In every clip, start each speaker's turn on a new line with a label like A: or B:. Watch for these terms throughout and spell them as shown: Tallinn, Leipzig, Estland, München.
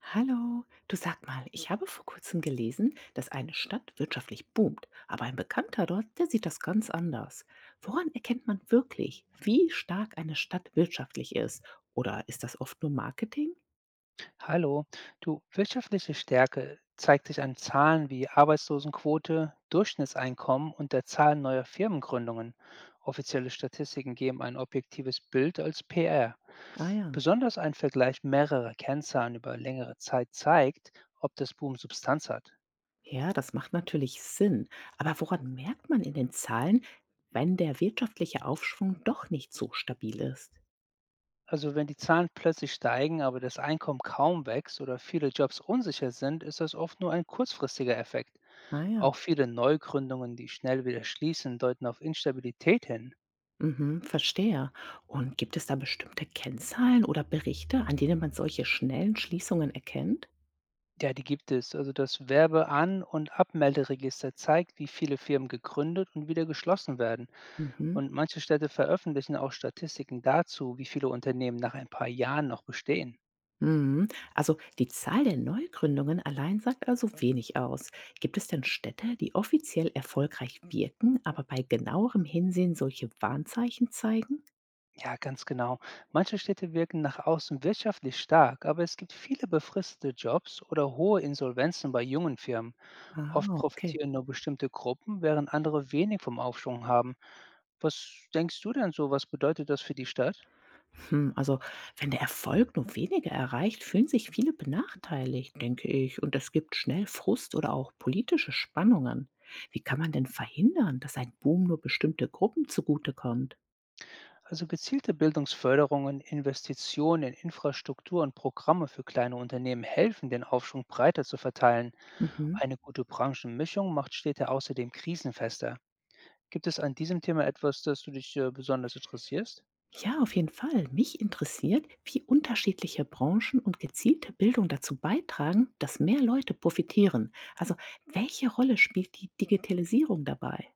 A: Hallo, du sag mal, ich habe vor kurzem gelesen, dass eine Stadt wirtschaftlich boomt, aber ein Bekannter dort, der sieht das ganz anders. Woran erkennt man wirklich, wie stark eine Stadt wirtschaftlich ist? Oder ist das oft nur Marketing?
B: Hallo, du, wirtschaftliche Stärke zeigt sich an Zahlen wie Arbeitslosenquote, Durchschnittseinkommen und der Zahl neuer Firmengründungen. Offizielle Statistiken geben ein objektives Bild als PR.
A: Ah ja.
B: Besonders ein Vergleich mehrerer Kennzahlen über längere Zeit zeigt, ob das Boom Substanz hat.
A: Ja, das macht natürlich Sinn. Aber woran merkt man in den Zahlen, wenn der wirtschaftliche Aufschwung doch nicht so stabil ist?
B: Also wenn die Zahlen plötzlich steigen, aber das Einkommen kaum wächst oder viele Jobs unsicher sind, ist das oft nur ein kurzfristiger Effekt.
A: Ah ja.
B: Auch viele Neugründungen, die schnell wieder schließen, deuten auf Instabilität hin.
A: Mhm, verstehe. Und gibt es da bestimmte Kennzahlen oder Berichte, an denen man solche schnellen Schließungen erkennt?
B: Ja, die gibt es. Also das Werbean- und Abmelderegister zeigt, wie viele Firmen gegründet und wieder geschlossen werden.
A: Mhm.
B: Und manche Städte veröffentlichen auch Statistiken dazu, wie viele Unternehmen nach ein paar Jahren noch bestehen.
A: Mhm. Also die Zahl der Neugründungen allein sagt also wenig aus. Gibt es denn Städte, die offiziell erfolgreich wirken, aber bei genauerem Hinsehen solche Warnzeichen zeigen?
B: Ja, ganz genau. Manche Städte wirken nach außen wirtschaftlich stark, aber es gibt viele befristete Jobs oder hohe Insolvenzen bei jungen Firmen.
A: Ah,
B: Oft
A: okay.
B: profitieren nur bestimmte Gruppen, während andere wenig vom Aufschwung haben. Was denkst du denn so? Was bedeutet das für die Stadt?
A: Hm, also wenn der Erfolg nur wenige erreicht, fühlen sich viele benachteiligt, denke ich, und es gibt schnell Frust oder auch politische Spannungen. Wie kann man denn verhindern, dass ein Boom nur bestimmte Gruppen zugutekommt?
B: Also gezielte Bildungsförderungen, Investitionen in Infrastruktur und Programme für kleine Unternehmen helfen, den Aufschwung breiter zu verteilen.
A: Mhm.
B: Eine gute Branchenmischung macht Städte außerdem krisenfester. Gibt es an diesem Thema etwas, das du dich besonders interessierst?
A: Ja, auf jeden Fall. Mich interessiert, wie unterschiedliche Branchen und gezielte Bildung dazu beitragen, dass mehr Leute profitieren. Also, welche Rolle spielt die Digitalisierung dabei?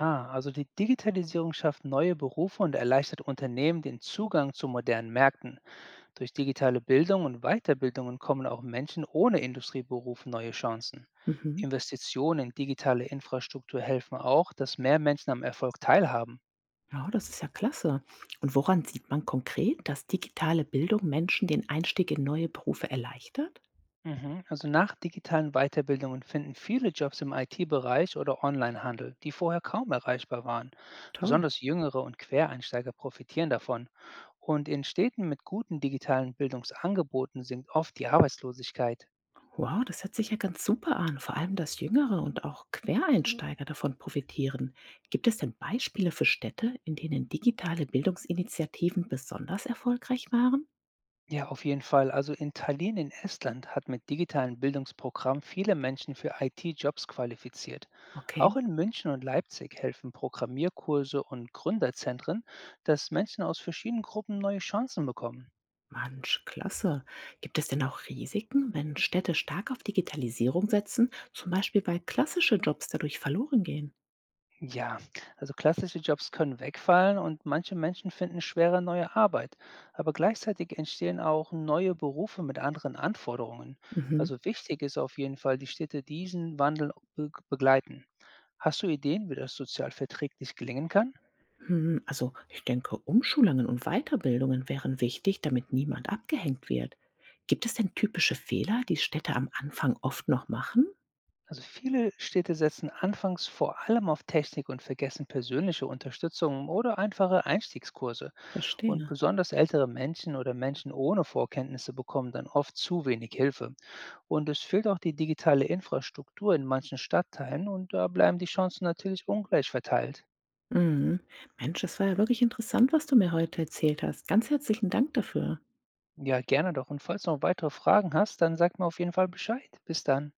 B: Ah, also die Digitalisierung schafft neue Berufe und erleichtert Unternehmen den Zugang zu modernen Märkten. Durch digitale Bildung und Weiterbildungen kommen auch Menschen ohne Industrieberuf neue Chancen.
A: Mhm.
B: Investitionen in digitale Infrastruktur helfen auch, dass mehr Menschen am Erfolg teilhaben.
A: Ja, das ist ja klasse. Und woran sieht man konkret, dass digitale Bildung Menschen den Einstieg in neue Berufe erleichtert?
B: Mhm. Also nach digitalen Weiterbildungen finden viele Jobs im IT-Bereich oder Onlinehandel, die vorher kaum erreichbar waren.
A: Toll.
B: Besonders Jüngere und Quereinsteiger profitieren davon. Und in Städten mit guten digitalen Bildungsangeboten sinkt oft die Arbeitslosigkeit.
A: Wow, das hört sich ja ganz super an, vor allem, dass Jüngere und auch Quereinsteiger davon profitieren. Gibt es denn Beispiele für Städte, in denen digitale Bildungsinitiativen besonders erfolgreich waren?
B: Ja, auf jeden Fall. Also in Tallinn in Estland hat mit digitalen Bildungsprogrammen viele Menschen für IT-Jobs qualifiziert. Auch
A: Okay.
B: in München und Leipzig helfen Programmierkurse und Gründerzentren, dass Menschen aus verschiedenen Gruppen neue Chancen bekommen.
A: Mensch, klasse. Gibt es denn auch Risiken, wenn Städte stark auf Digitalisierung setzen, zum Beispiel weil klassische Jobs dadurch verloren gehen?
B: Ja, also klassische Jobs können wegfallen und manche Menschen finden schwere neue Arbeit. Aber gleichzeitig entstehen auch neue Berufe mit anderen Anforderungen.
A: Mhm.
B: Also wichtig ist auf jeden Fall, die Städte diesen Wandel be begleiten. Hast du Ideen, wie das sozial verträglich gelingen kann?
A: Hm, also ich denke, Umschulungen und Weiterbildungen wären wichtig, damit niemand abgehängt wird. Gibt es denn typische Fehler, die Städte am Anfang oft noch machen?
B: Also viele Städte setzen anfangs vor allem auf Technik und vergessen persönliche Unterstützung oder einfache Einstiegskurse. Und
A: Verstehe.
B: besonders ältere Menschen oder Menschen ohne Vorkenntnisse bekommen dann oft zu wenig Hilfe. Und es fehlt auch die digitale Infrastruktur in manchen Stadtteilen und da bleiben die Chancen natürlich ungleich verteilt.
A: Mhm. Mensch, es war ja wirklich interessant, was du mir heute erzählt hast. Ganz herzlichen Dank dafür.
B: Ja, gerne doch. Und falls du noch weitere Fragen hast, dann sag mir auf jeden Fall Bescheid. Bis dann.